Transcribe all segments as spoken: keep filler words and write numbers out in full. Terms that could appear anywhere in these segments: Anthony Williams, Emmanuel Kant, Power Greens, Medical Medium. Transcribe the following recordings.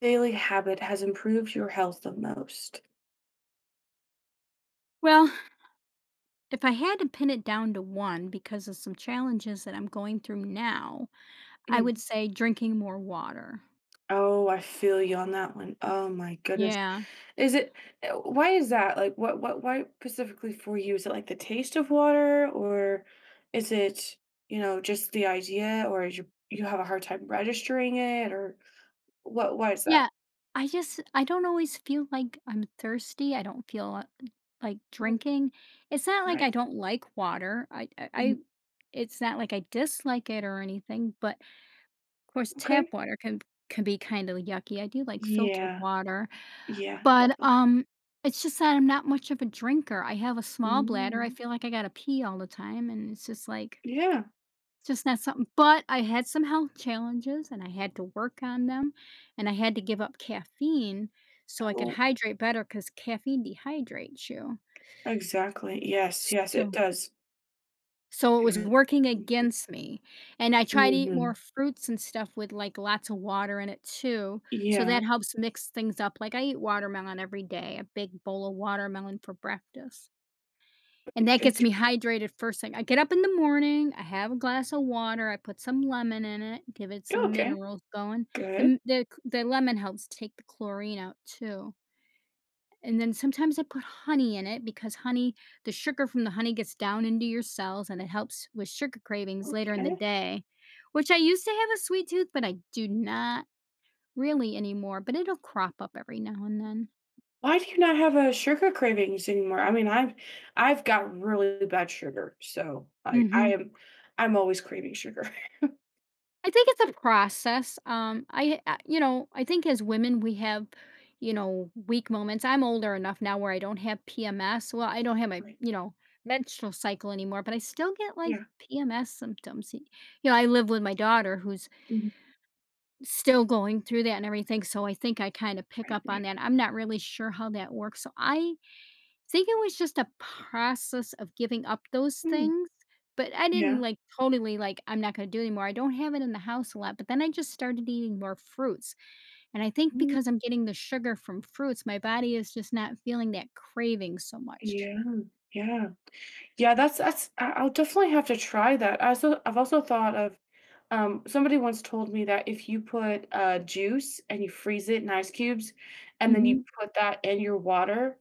Daily habit has improved your health the most? Well, if I had to pin it down to one because of some challenges that I'm going through now, I Mm. would say drinking more water. Oh, I feel you on that one. Oh my goodness. Yeah. Is it eh, why is that? Like what what why specifically for you? Is it like the taste of water or is it, you know, just the idea or is you you have a hard time registering it or what why is that? Yeah. I just, I don't always feel like I'm thirsty. I don't feel uh, like Mm, drinking. It's not like Right. I don't like water. I, I, Mm, I- It's not like I dislike it or anything, but of course, tap Okay. water can, can be kind of yucky. I do like filtered Yeah. water. Yeah, But, definitely. um, it's just that I'm not much of a drinker. I have a small bladder. I Mm, feel like I gotta pee all the time, and it's just like Yeah. it's just not something but I had some health challenges, and I had to work on them, and I had to give up caffeine so I could Oh, hydrate better because caffeine dehydrates you. exactly. Yes, yes, it So does. So it It was really- working Mhm. against me, and I try to eat more Mhm. fruits and stuff with, like, lots of water in it too, so Yeah, that helps mix things up. Like, I eat watermelon every day, a big bowl of watermelon for breakfast, and that good gets me to hydrated first thing. I get up in the morning, I have a glass of water, I put some lemon in it, give it oh, some okay, minerals going. The good, m the c the lemon helps take the chlorine out too. And then sometimes I put honey in it because honey the sugar from the honey gets down into your cells, and it helps with sugar cravings later in the okay. day, which I used to have a sweet tooth, but I do not really anymore, but it'll crop up every now and then. Why do you not have, a sugar cravings anymore? I mean, I've I've got really bad sugar, so I I Mhm. am I'm always craving sugar. I think it's a process. Um, I uh, you know, I think as women we have, you know, weak moments. I'm older enough now where I don't have P M S. Well, I don't have my, Right. you know, menstrual cycle anymore, but I still get like Yeah. P M S symptoms. Y- You know, I live with my daughter who's Mhm. still going through that and everything, so I think I kinda pick Right, up on right. that. I'm not really sure how that works, so I think it was just a process of giving up those Mm, things, but I didn't, yeah. like, totally, like, "I'm not gonna do it anymore." I don't have it in the house a lot, but then I just started eating more fruits, and I think Mm, because I'm getting the sugar from fruits, my body is just not feeling that craving so much. yeah, yeah. Yeah, that's that's I I'll definitely have to try that. I also I've also thought of Um, somebody once told me that if you put, uh, juice and you freeze it in ice cubes, and then you Mhm. put that in your water,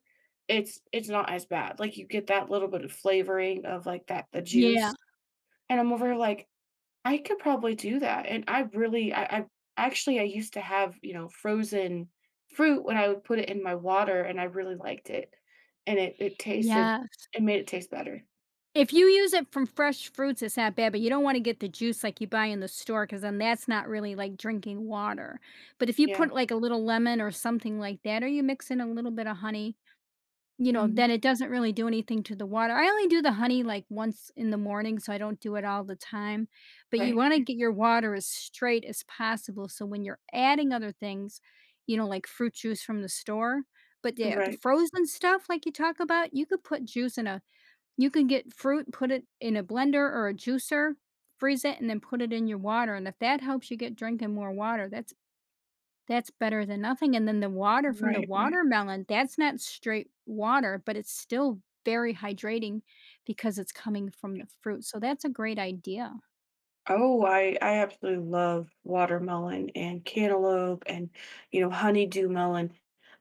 it's it's not as bad, like, you get that little bit of flavoring of, like, that the Yeah. juice, and I'm over here like, "I could probably do that," and I really I I Actually, I used to have, you know, frozen fruit when I would put it in my water, and I really liked it, and it it tasted Yeah. it made it taste better. If you use it from fresh fruits, it's not bad, but you don't wanna get the juice like you buy in the store, because then that's not really like drinking water. But if you put Yeah. like a little lemon or something like that, or you mix in a little bit of honey, you know, Mhm. then it doesn't really do anything to the water. I only do the honey like once in the morning, so I don't do it all the time. But you Right. wanna get your water as straight as possible, so when you're adding other things, you know, like fruit juice from the store, but yeah, the Right. frozen stuff like you talk about, you could put juice in a you can get fruit, put it in a blender or a juicer, freeze it, and then put it in your water, and if that helps you get drinking more water, that's that's better than nothing, and then the water from the Right, right, watermelon, that's not straight water, but it's still very hydrating because it's coming from the right. fruit, so that's a great idea. Oh, I I absolutely love watermelon and cantaloupe and you know honeydew melon.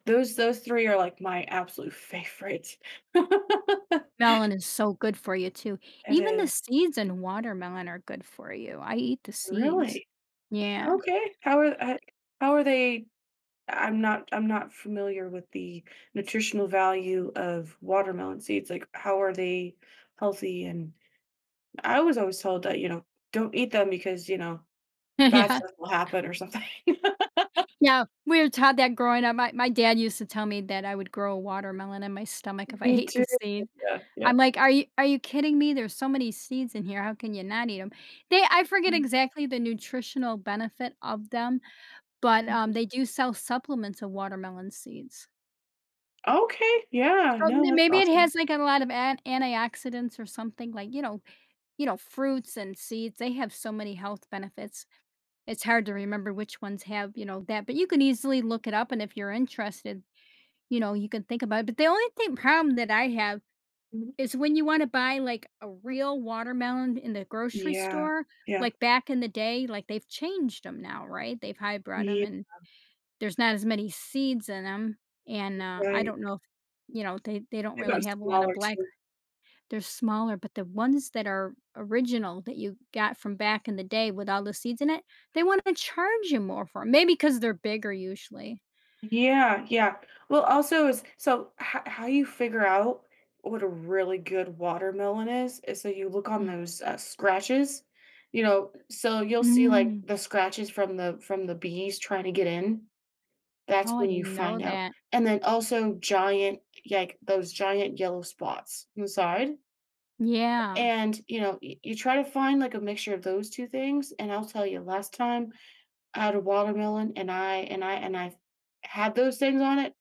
Those those three are like my absolute favorites. Melon is so good for you too. It Even the is seeds in watermelon are good for you. I eat the seeds. really Yeah. okay. How are uh, how are they? I'm not I'm not familiar with the nutritional value of watermelon seeds. Like how are they healthy? And I was always told that you know don't eat them because you know bad Yeah. stuff will happen or something. Yeah, we were taught that growing up. My my dad used to tell me that I would grow a watermelon in my stomach if I Me ate the too. seed. Yeah, yeah. I'm like, "Are you are you kidding me? There's so many seeds in here. How can you not eat them? They I forget exactly the nutritional benefit of them, but, Mhm. um, they do sell supplements of watermelon seeds. Okay, yeah, So no, m that's maybe it awesome. has, like, a lot of an antioxidants or something, like, you know you know, fruits and seeds, they have so many health benefits. It's hard to remember which ones have, you know, that, but you can easily look it up, and if you're interested. You know, you can think about it, but the only thing problem that I have Mhm. is when you wanna buy, like, a real watermelon in the grocery Yeah, store, yeah, like, back in the day, like, they've changed changed them now, right? They've hybrid them, yeah, and there's not as many seeds in them, and, uh, I right. don't know if you know, they they don't They've really gotten have a lot of smaller black, too. they're smaller, but the ones that are original that you got from back in the day with all the seeds in it, they wanna charge you more for them. Maybe because maybe 'cause they're bigger usually. Yeah, yeah. Well, also is so ho how you figure out what a really good watermelon is, is so you look on Mm. those, uh, scratches, you know, so you'll see, like, Mm. the scratches from the from the bees trying to get in. That's Oh, I when you didn't know find out. that. And then also giant, like, those giant yellow spots inside. Yeah. And, you know, y you try to find, like, a mixture of those two things, and I'll tell you, last time I had a watermelon and I and I and I had those things on it,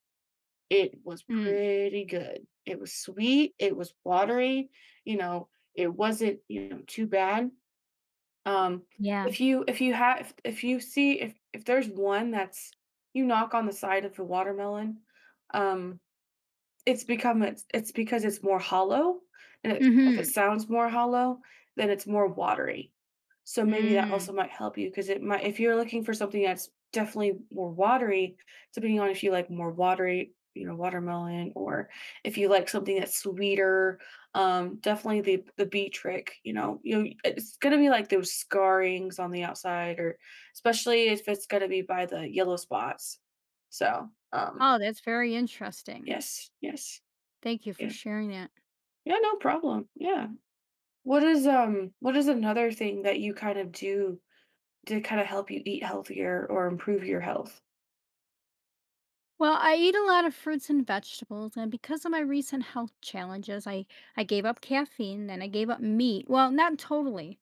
it was Mm. pretty good. It was sweet, it was watery, you know, it wasn't, you know, too bad. Um, Yeah. if you if you have if if you see if if there's one that's you knock on the side of the watermelon, um it's become it's it's because it's more hollow, and it's if it Mhm. sounds more hollow, then it's more watery. So maybe that Mm. also might help you because it might if you're looking for something that's definitely more watery, depending on if you like more watery, you know, watermelon or if you like something that's sweeter, um, definitely the the bee trick, you know, you it's gonna be like those scarrings on the outside or especially if it's gonna be by the yellow spots. So, um, Oh, that's very interesting. yes, yes, Thank you for yeah. sharing that. Yeah, no problem. Yeah. What is um what is another thing that you kind of do to kind of help you eat healthier or improve your health? Well, I eat a lot of fruits and vegetables, and because of my recent health challenges, I I gave up caffeine and I gave up meat. Well, not totally.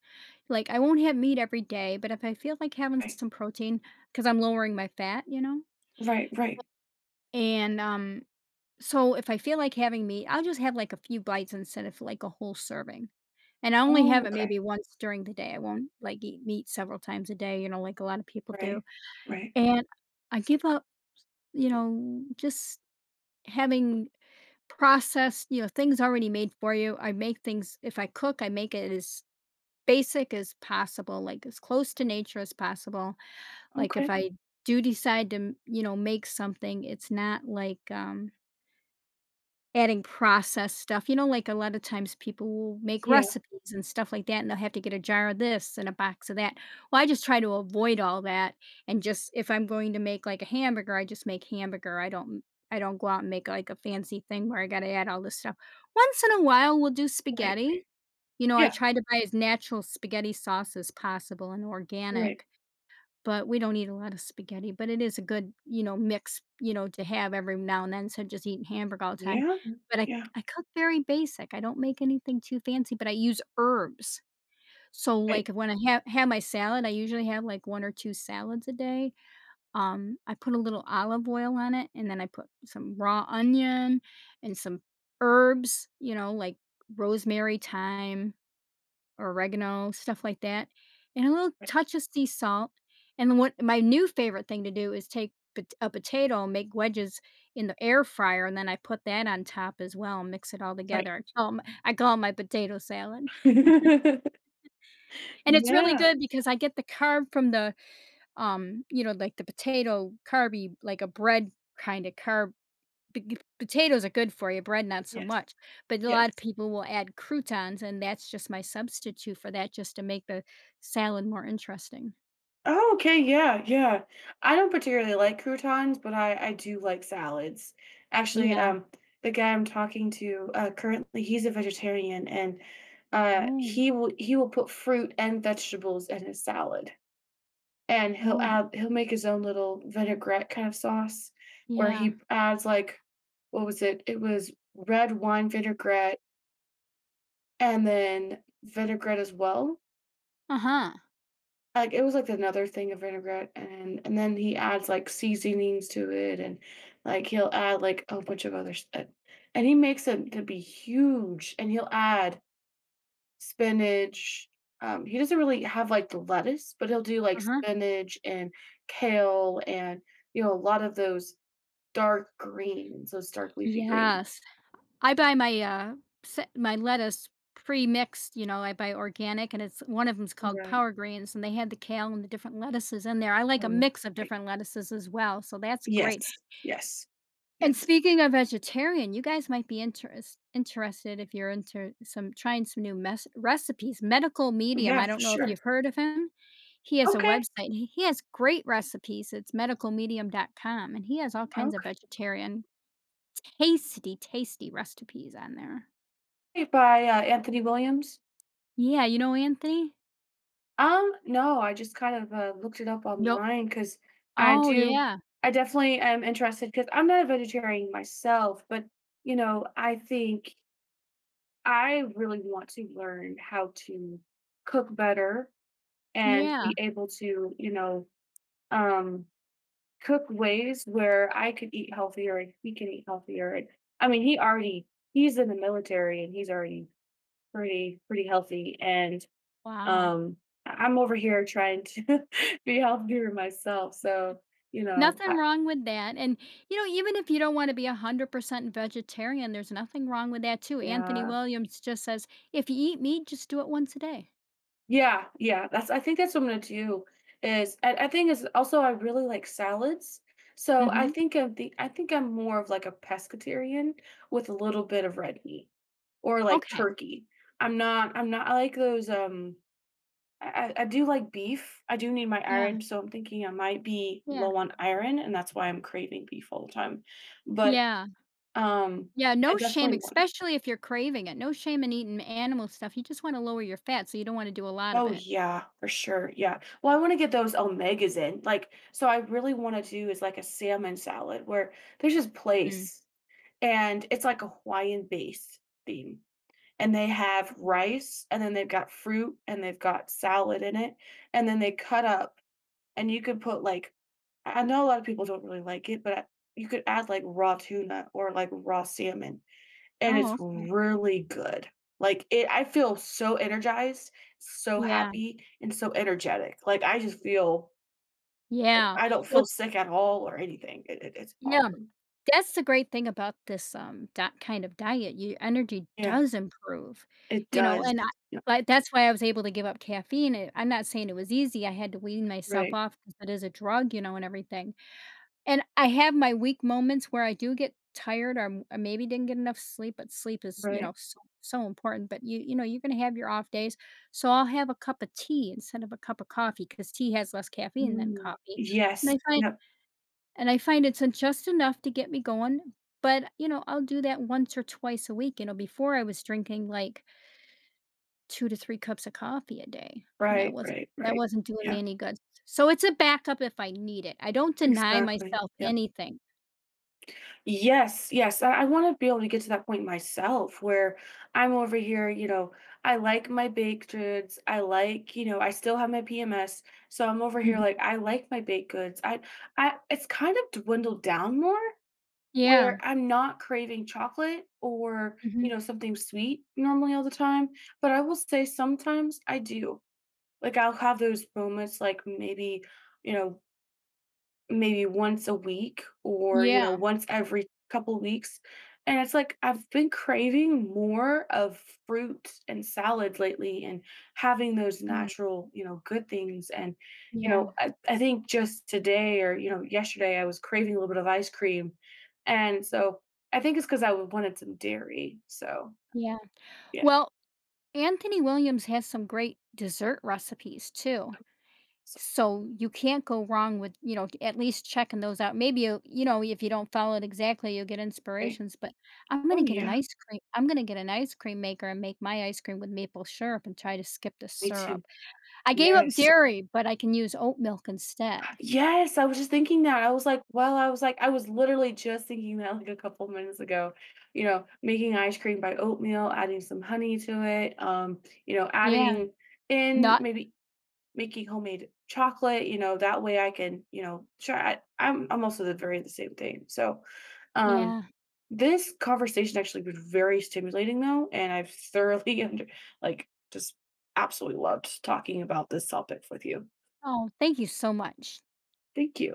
Like I won't have meat every day, but if I feel like having Right. some protein because I'm lowering my fat, you know? Right, right. And um so if I feel like having meat, I'll just have like a few bites instead of like a whole serving. And I only have Oh, it okay. maybe once during the day. I won't, like, eat meat several times a day, you know, like a lot of people Right. do. Right. And I give up, you know, just having processed, you know, things already made for you. I make things if I cook, I make it as basic as possible, like, as close to nature as possible. Like, if Okay. I do decide to, m you know, make something, it's not like, um, adding processed stuff, you know, like, a lot of times people will make Yeah, recipes and stuff like that, and they'll have to get a jar of this and a box of that. Well, I just try to avoid all that and just if I'm going to make, like, a hamburger, I just make hamburger. I don't I I don't go out and make, like, a fancy thing where I gotta add all this stuff. Once in a while, we'll do right. spaghetti. You know, I Yeah, try to buy as natural spaghetti sauce as possible and right. organic. But we don't eat a lot of spaghetti, but it is a good, you know, mix, you know, to have every now and then, instead of just eating hamburger all the time. Yeah. But I Yeah. I cook very basic. I don't make anything too fancy, but I use herbs. So, like, Right. when I have have my salad, I usually have, like, one or two salads a day. Um, I put a little olive oil on it, and then I put some raw onion and some herbs, you know, like rosemary, thyme, or oregano, stuff like that, and a little Right. touch of sea salt, and then what my new favorite thing to do is take pot a potato and make wedges in the air fryer, and then I put that on top as well and mix it all Right. together. I call 'em I call it my potato salad, and it's really Yeah. good because I get the carb from the, um, you know, like, the potato carby like a bread kinda carb p potatoes are good for you, bread not so Yes. much, but a lot of Yes. people will add croutons, and that's just my substitute for that just to make the salad more interesting. Oh, okay, yeah, yeah. I don't particularly like croutons, but I I do like salads. Actually, Yeah. um, the guy I'm talking to, uh, currently, he's a vegetarian, and, uh, Oh, he will he will put fruit and vegetables in his salad, and he'll oh, add he'll make his own little vinaigrette kind of sauce where yeah. he adds, like what was it? It was red wine vinaigrette and then vinaigrette as well. Uh-huh, Like, it was, like, another thing of vinaigrette, and and then he adds, like, seasonings to it, and, like, he'll add, like, a bunch of other stuff, and he makes it to be huge, and he'll add spinach, um, he doesn't really have, like, the lettuce, but he'll do, like, uh-huh. spinach and kale and, you know, a lot of those dark greens, those dark leafy Yes. greens. I buy my, uh, sa my lettuce pre-mixed, you know, I buy organic, and it's one of of 'em's called Right. Power Greens, and they had the kale and the different lettuces in there. I like a Oh, mix of right. different lettuces as well, so that's great. Yes. Yes. Yes. And speaking of vegetarian, you guys might be interest interested if you're into some trying some new mes recipes. Medical Medium, Yeah, I for don't know if sure. you've heard of him? He has a Okay. website, he he has great recipes, it's medical medium dot com, and he has all kinds of Okay. vegetarian tasty, tasty recipes on there. By, uh, Anthony Williams? Yeah, you know Anthony? Um, no, I just kind of, uh, looked it up No. online because I Oh, do yeah. I definitely am interested because 'cause I'm not a vegetarian myself, but, you know, I think I really want to learn how to cook better and Yeah. be able to, you know, um, cook ways where I could eat healthier and he can eat healthier, and I mean, he already he's in the military, and he's already pretty pretty healthy, and Wow. um, I- am over here trying to be healthier myself. So, you know, Nothing I, wrong with that. And, you know, even if you don't want to be one hundred percent vegetarian, there's nothing wrong with that, too. Anthony yeah, Williams just says, if you eat meat, just do it once a day. yeah, yeah. That's I think that's what I'm gonna do. Is I, I think is also I really like salads. So I Hmm. think of the I think I'm more of like a pescatarian with a little bit of red meat or like Okay. turkey. I'm not I'm not I like those um I, I I do like beef. I do need my Yeah. iron, so I'm thinking I might be Yeah. low on iron, and that's why I'm craving beef all the time. But Yeah. Um, Yeah. I No shame, definitely wanna especially if you're craving it. No shame in eating animal stuff. You just want to lower your fat. So you don't want to do a lot of Oh, it. yeah, for sure, yeah. Well, I wanna get those omegas in, like, so I really wanna do is, like, a salmon salad where there's just Mm. place, and it's, like, a Hawaiian base theme, and they have rice, and then they've got fruit, and they've got salad in it, and then they cut up, and you could put, like I I know a lot of people don't really like it, but I you could add, like, raw tuna or, like, raw salmon. And it's Oh, okay. really good. Like, it I feel so energized, so Yeah. happy, and so energetic. Like, I just feel like Yeah. I don't Well, feel sick at all or anything. It it it's yeah. awesome. That's the great thing about this, um, di kind of diet, your energy Yeah, does improve, it you know, does. and I Yeah. like, that's why I was able to give up caffeine, and I'm not saying it was easy, I had to wean myself Right. off because it is a drug, you know, and everything, and I have my weak moments where I do get tired or m or maybe didn't get enough sleep, but sleep is, you Right. know, so so important, but you you know, you're gonna have your off days, so I'll have a cup of tea instead of a cup of coffee because tea has less caffeine than Mm. coffee, and Yes. I find Yep. and I find it's, uh, just enough to get me going, but, you know, I'll do that once or twice a week, you know, before I was drinking, like, two to three cups of coffee a day, and that Right, wasn't right, that right. wasn't doing me Yeah, any good. So it's a backup if I need it. I don't deny exactly. myself Yep. anything. Yes, yes. I, I want to be able to get to that point myself where I'm over here, you know, I like my baked goods. I like, you know, I still have my P M S. So I'm over here Mhm. like I like my baked goods. I I it's kind of dwindled down more where Yeah. I'm not craving chocolate or, you Mhm. know, something sweet normally all the time, but I will say sometimes I do. Like I'll have those moments like maybe, you know, maybe once a week or, you Yeah. know, once every couple weeks, and it's like I've been craving more of fruit and salad lately and having those Mm. natural, you know, good things, and, you Yeah. know, I I think just today or, you know, yesterday, I was craving a little bit of ice cream, and so I think it's because I wanted some dairy, so, Yeah. yeah, Well, Anthony Williams has some great dessert recipes too. so So you can't go wrong with, you know, at least checking those out. Maybe you you know, if you don't follow it exactly, you'll get right. inspirations, but I'm Oh, gonna get an yeah, ice cream I'm gonna get an ice cream maker and make my ice cream with maple syrup and try to skip the me syrup. too. I gave up Yes. dairy, but I can use oat milk instead. Yes, I was just thinking that. I was like, well, I was like, I was literally just thinking that like a couple minutes ago, you know, making ice cream by oatmeal, adding some honey to it, um, you know, Yeah, adding in not maybe making homemade chocolate, you know, that way I can, you know, try I, I'm I'm also the very the same thing. So um yeah. this conversation actually was very stimulating though, and I've thoroughly under like just absolutely loved talking about this topic with you. Oh, thank you so much. Thank you.